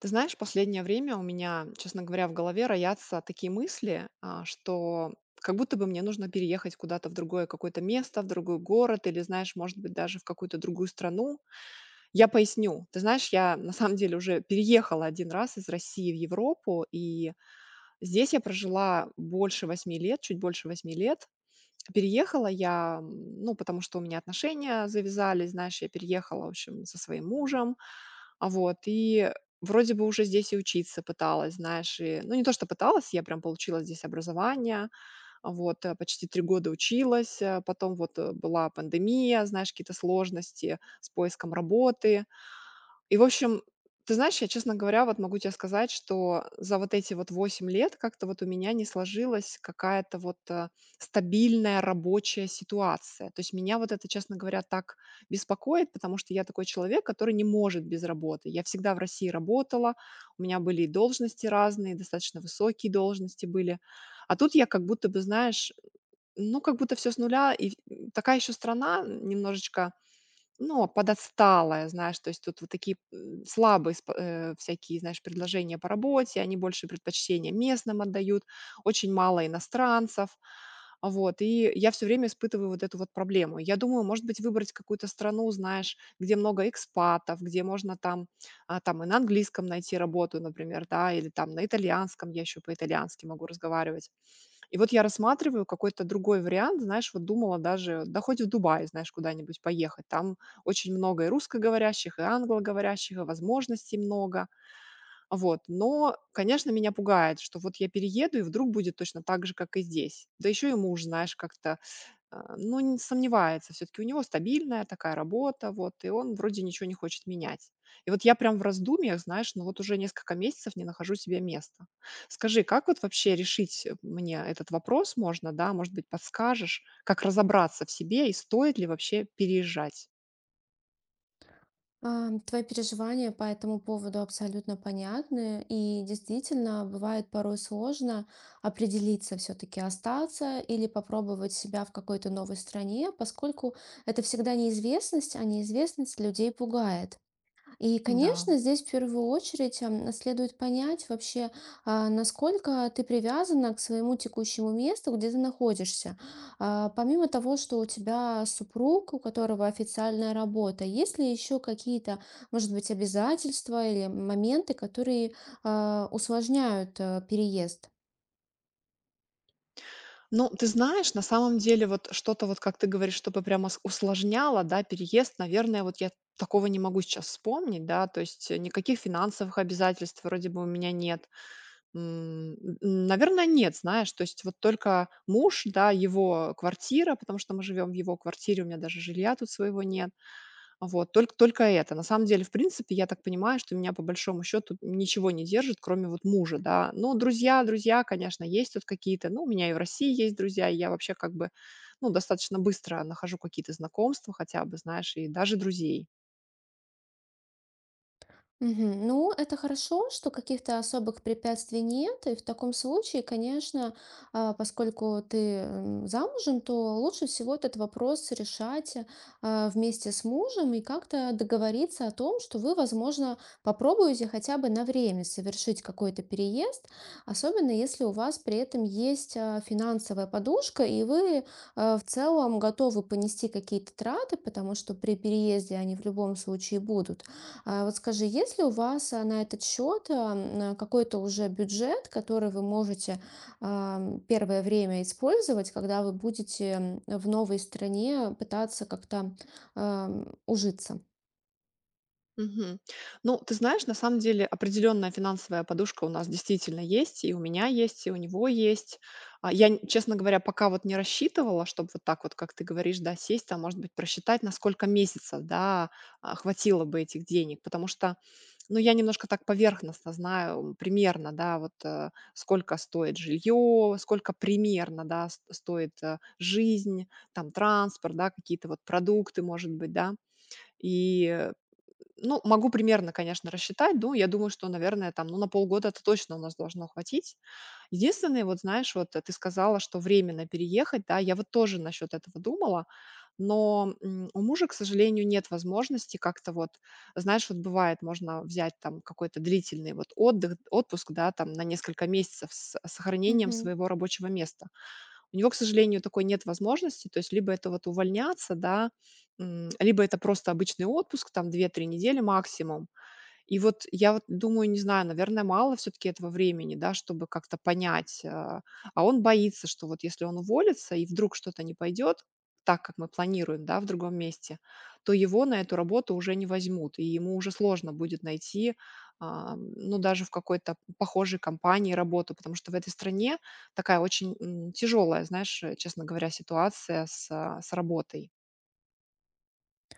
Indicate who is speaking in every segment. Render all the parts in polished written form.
Speaker 1: Ты знаешь, последнее время у меня, честно говоря, в голове роятся такие мысли, что как будто бы мне нужно переехать куда-то в другое какое-то место, в другой город или, знаешь, может быть, даже в какую-то другую страну. Я поясню. Ты знаешь, я на самом деле уже переехала один раз из России в Европу, и здесь я прожила больше 8 лет, чуть больше 8 лет. Переехала я, ну, потому что у меня отношения завязались, знаешь, я переехала, в общем, со своим мужем, и вроде бы уже здесь и учиться пыталась, знаешь, и, ну, не то, что пыталась, я прям получила здесь образование, почти 3 года училась, потом вот, была пандемия, знаешь, какие-то сложности с поиском работы, и, в общем, ты знаешь, я, честно говоря, вот могу тебе сказать, что за вот эти вот 8 лет как-то вот у меня не сложилась какая-то вот стабильная рабочая ситуация. То есть меня вот это, честно говоря, так беспокоит, потому что я такой человек, который не может без работы. Я всегда в России работала, у меня были и должности разные, достаточно высокие должности были. А тут я как будто бы, знаешь, ну, как будто все с нуля, и такая еще страна немножечко, ну, подотсталая, знаешь, то есть тут вот такие, слабые, всякие, знаешь, предложения по работе, они больше предпочтение местным отдают, очень мало иностранцев. Вот, и я все время испытываю вот эту вот проблему. Я думаю, может быть, выбрать какую-то страну, знаешь, где много экспатов, где можно там, там и на английском найти работу, например, да, или там на итальянском, я еще по-итальянски могу разговаривать. И вот я рассматриваю какой-то другой вариант, знаешь, вот думала даже, да хоть в Дубай, знаешь, куда-нибудь поехать. Там очень много и русскоговорящих, и англоговорящих, и возможностей много. Вот. Но, конечно, меня пугает, что вот я перееду, и вдруг будет точно так же, как и здесь. Да еще и муж, знаешь, как-то, ну, не сомневается, все таки у него стабильная такая работа, вот, и он вроде ничего не хочет менять. И вот я прям в раздумьях, знаешь, ну вот уже несколько месяцев не нахожу себе места. Скажи, как вот вообще решить, мне этот вопрос можно, да? Может быть, подскажешь, как разобраться в себе и стоит ли вообще переезжать?
Speaker 2: Твои переживания по этому поводу абсолютно понятны, и действительно бывает порой сложно определиться, все-таки остаться или попробовать себя в какой-то новой стране, поскольку это всегда неизвестность, а неизвестность людей пугает. И,
Speaker 1: Да.
Speaker 2: конечно, здесь в первую очередь следует понять вообще, насколько ты привязана к своему текущему месту, где ты находишься. Помимо того, что у тебя супруг, у которого официальная работа, есть ли еще какие-то, может быть, обязательства или моменты, которые усложняют переезд?
Speaker 1: Ну, ты знаешь, на самом деле вот что-то вот, как ты говоришь, чтобы прямо с усложняло, да, переезд, наверное, вот я такого не могу сейчас вспомнить, да, то есть, никаких финансовых обязательств вроде бы у меня нет. М, н наверно, нет, знаешь, то есть вот только муж, да, его квартира, потому что мы живем в его квартире, у меня даже жилья тут своего нет. Вот, только это. На самом деле, в принципе, я так понимаю, что меня по большому счету ничего не держит, кроме вот мужа, да. Ну, друзья, друзья, конечно, есть тут какие-то. Ну, у меня и в России есть друзья, и я вообще как бы, ну, достаточно быстро нахожу какие-то знакомства хотя бы, знаешь, и даже друзей.
Speaker 2: Мгм. Ну, это хорошо, что каких-то особых препятствий нет, и в таком случае, конечно, поскольку ты замужем, то лучше всего этот вопрос решать вместе с мужем и как-то договориться о том, что вы, возможно, попробуете хотя бы на время совершить какой-то переезд, особенно если у вас при этом есть финансовая подушка, и вы в целом готовы понести какие-то траты, потому что при переезде они в любом случае будут. А вот скажи, есть ли у вас на этот счет какой-то уже бюджет, который вы можете первое время использовать, когда вы будете в новой стране пытаться как-то ужиться?
Speaker 1: Мгм. Ну, ты знаешь, на самом деле определенная финансовая подушка у нас действительно есть, и у меня есть, и у него есть. Я, честно говоря, пока вот не рассчитывала, чтобы вот так вот, как ты говоришь, да, сесть, а может быть просчитать, на сколько месяцев, да, хватило бы этих денег, потому что, ну, я немножко так поверхностно знаю, примерно, да, вот сколько стоит жилье, сколько примерно, да, стоит, жизнь, там, транспорт, да, какие-то вот продукты, может быть, да, и ну, могу примерно, конечно, рассчитать. Ну, я думаю, что, наверное, там, ну, на полгода это точно у нас должно хватить. Единственное, вот знаешь, вот, ты сказала, что временно переехать, да, я вот тоже насчет этого думала, но, у мужа, к сожалению, нет возможности как-то вот, знаешь, вот бывает, можно взять там какой-то длительный вот отдых, отпуск, да, там на несколько месяцев с сохранением своего рабочего места. У него, к сожалению, такой нет возможности. То есть либо это вот увольняться, да, либо это просто обычный отпуск, там 2-3 недели максимум. И вот я вот думаю, не знаю, наверное, мало все таки этого времени, да, чтобы как-то понять. А он боится, что вот если он уволится и вдруг что-то не пойдет так, как мы планируем, да, в другом месте, то его на эту работу уже не возьмут, и ему уже сложно будет найти, ну, даже в какой-то похожей компании работу, потому что в этой стране такая очень тяжелая, знаешь, честно говоря, ситуация с работой.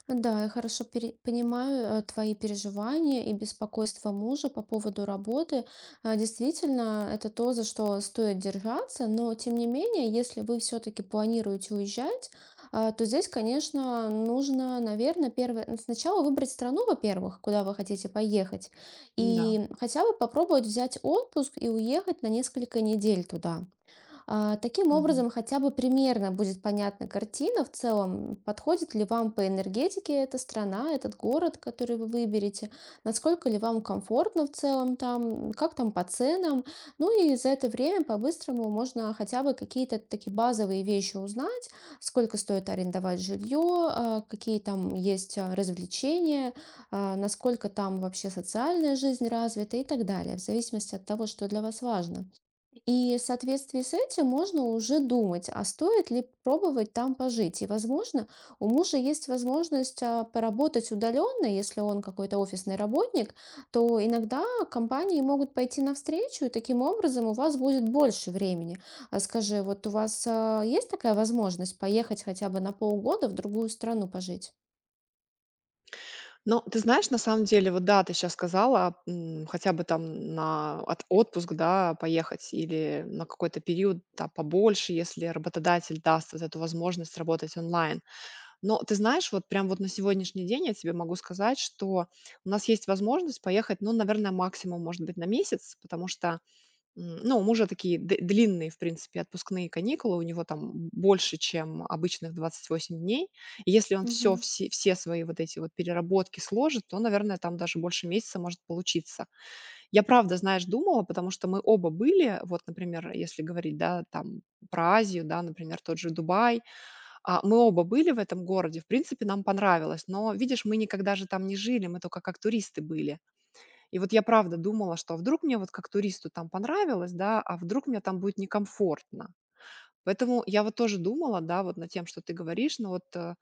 Speaker 2: Да, я хорошо понимаю твои переживания и беспокойство мужа по поводу работы. Действительно, это то, за что стоит держаться, но тем не менее, если вы все-таки планируете уезжать, то здесь, конечно, нужно, наверное, сначала выбрать страну, во-первых, куда вы хотите поехать,
Speaker 1: Да.
Speaker 2: и хотя бы попробовать взять отпуск и уехать на несколько недель туда. Таким образом, хотя бы примерно будет понятна картина в целом, подходит ли вам по энергетике эта страна, этот город, который вы выберете, насколько ли вам комфортно в целом там, как там по ценам. Ну и за это время по-быстрому можно хотя бы какие-то такие базовые вещи узнать, сколько стоит арендовать жилье, какие там есть развлечения, насколько там вообще социальная жизнь развита, и так далее, в зависимости от того, что для вас важно. И в соответствии с этим можно уже думать, а стоит ли пробовать там пожить. И, возможно, у мужа есть возможность поработать удаленно, если он какой-то офисный работник, то иногда компании могут пойти навстречу, и таким образом у вас будет больше времени. А скажи, вот у вас есть такая возможность поехать хотя бы на полгода в другую страну пожить?
Speaker 1: Ну, ты знаешь, на самом деле, вот да, ты сейчас сказала, хотя бы там на от отпуск, да, поехать или на какой-то период, да, побольше, если работодатель даст вот эту возможность работать онлайн. Но ты знаешь, вот прям вот на сегодняшний день я тебе могу сказать, что у нас есть возможность поехать, ну, наверное, максимум, может быть, на месяц, потому что, ну, у мужа такие д длинные, в принципе, отпускные каникулы. У него там больше, чем обычных 28 дней. И если он все
Speaker 2: Мгм.
Speaker 1: все все свои вот эти вот переработки сложит, то, наверное, там даже больше месяца может получиться. Я правда, знаешь, думала, потому что мы оба были, вот, например, если говорить, да, там про Азию, да, например, тот же Дубай. Мы оба были в этом городе, в принципе, нам понравилось, но, видишь, мы никогда же там не жили, мы только как туристы были. И вот я правда думала, что а вдруг мне вот как туристу там понравилось, да, а вдруг мне там будет некомфортно. Поэтому я вот тоже думала, да, вот над тем, что ты говоришь, но вот,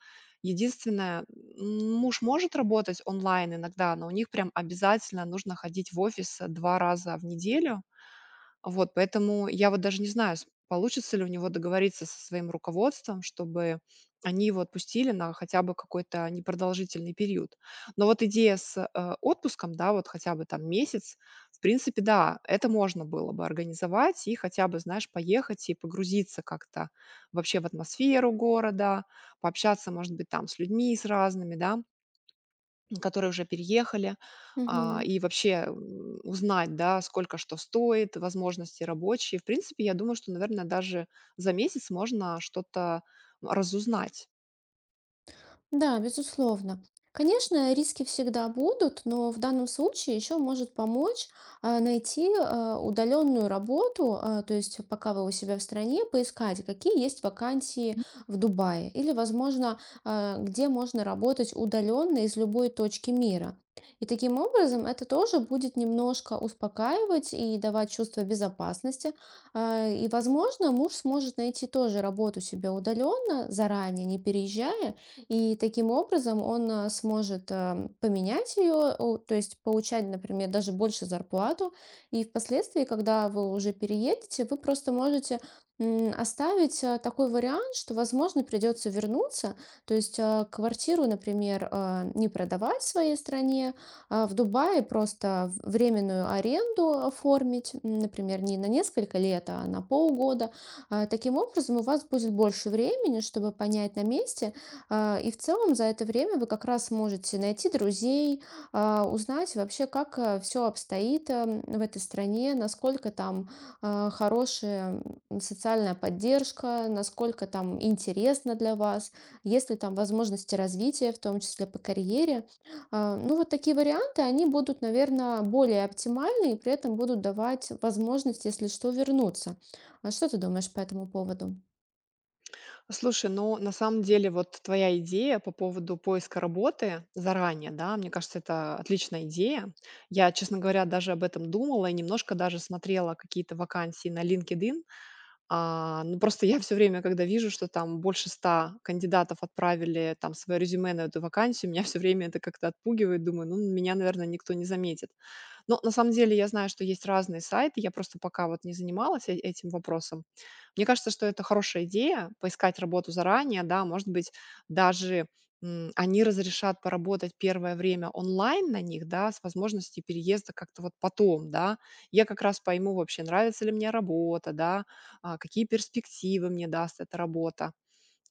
Speaker 1: единственное, муж может работать онлайн иногда, но у них прям обязательно нужно ходить в офис 2 раза в неделю, вот, поэтому я вот даже не знаю, с получится ли у него договориться со своим руководством, чтобы они его отпустили на хотя бы какой-то непродолжительный период. Но вот идея с, отпуском, да, вот хотя бы там месяц, в принципе, да, это можно было бы организовать и хотя бы, знаешь, поехать и погрузиться как-то вообще в атмосферу города, пообщаться, может быть, там с людьми, с разными, да, которые уже переехали,
Speaker 2: Мгм.
Speaker 1: и вообще, узнать, да, сколько что стоит, возможности рабочие. В принципе, я думаю, что, наверное, даже за месяц можно что-то разузнать.
Speaker 2: Да, безусловно. Конечно, риски всегда будут, но в данном случае еще может помочь найти удаленную работу, то есть пока вы у себя в стране, поискать, какие есть вакансии в Дубае или, возможно, где можно работать удаленно из любой точки мира. И таким образом это тоже будет немножко успокаивать и давать чувство безопасности. И, возможно, муж сможет найти тоже работу себе удаленно, заранее, не переезжая, и таким образом он сможет поменять ее, то есть получать, например, даже больше зарплату. И впоследствии, когда вы уже переедете, вы просто можете оставить такой вариант, что, возможно, придется вернуться, то есть квартиру, например, не продавать в своей стране, а в Дубае просто временную аренду оформить, например, не на несколько лет, а на полгода. Таким образом, у вас будет больше времени, чтобы понять на месте. И в целом за это время вы как раз можете найти друзей, узнать вообще, как все обстоит в этой стране, насколько там хорошая социальная поддержка, насколько там интересно для вас, есть ли там возможности развития, в том числе по карьере. Ну вот такие варианты, они будут, наверное, более оптимальны и при этом будут давать возможность, если что, вернуться. А что ты думаешь по этому поводу?
Speaker 1: Слушай, ну, на самом деле, вот твоя идея по поводу поиска работы заранее, да, мне кажется, это отличная идея. Я, честно говоря, даже об этом думала и немножко даже смотрела какие-то вакансии на LinkedIn, ну, просто я все время, когда вижу, что там больше 100 кандидатов отправили там свое резюме на эту вакансию, меня все время это как-то отпугивает. Думаю, ну, меня, наверное, никто не заметит. Но на самом деле я знаю, что есть разные сайты. Я просто пока вот не занималась этим вопросом. Мне кажется, что это хорошая идея — поискать работу заранее, да. Может быть, даже, они разрешат поработать первое время онлайн на них, да, с возможностью переезда как-то вот потом, да. Я как раз пойму вообще, нравится ли мне работа, да, какие перспективы мне даст эта работа.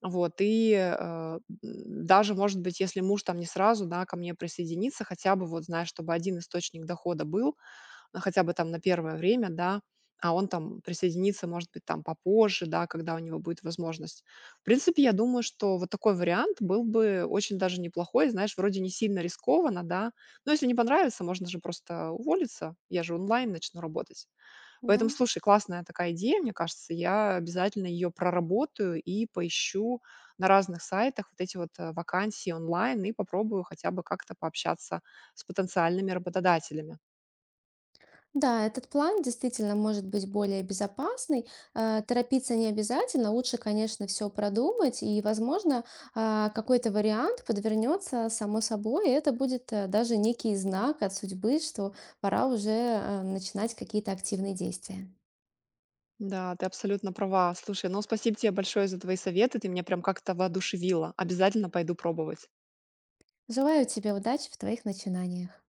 Speaker 1: Вот, и даже, может быть, если муж там не сразу, да, ко мне присоединится, хотя бы, вот, знаешь, чтобы один источник дохода был, хотя бы там на первое время, да, а он там присоединится, может быть, там попозже, да, когда у него будет возможность. В принципе, я думаю, что вот такой вариант был бы очень даже неплохой, знаешь, вроде не сильно рискованно, да, но если не понравится, можно же просто уволиться, я же онлайн начну работать.
Speaker 2: Да.
Speaker 1: Поэтому, слушай, классная такая идея, мне кажется. Я обязательно ее проработаю и поищу на разных сайтах вот эти вот, вакансии онлайн и попробую хотя бы как-то пообщаться с потенциальными работодателями.
Speaker 2: Да, этот план действительно может быть более безопасный. Торопиться не обязательно, лучше, конечно, все продумать, и, возможно, какой-то вариант подвернется само собой, и это будет, даже некий знак от судьбы, что пора уже начинать какие-то активные действия.
Speaker 1: Да, ты абсолютно права. Слушай, ну спасибо тебе большое за твои советы. Ты меня прям как-то воодушевила. Обязательно пойду пробовать.
Speaker 2: Желаю тебе удачи в твоих начинаниях.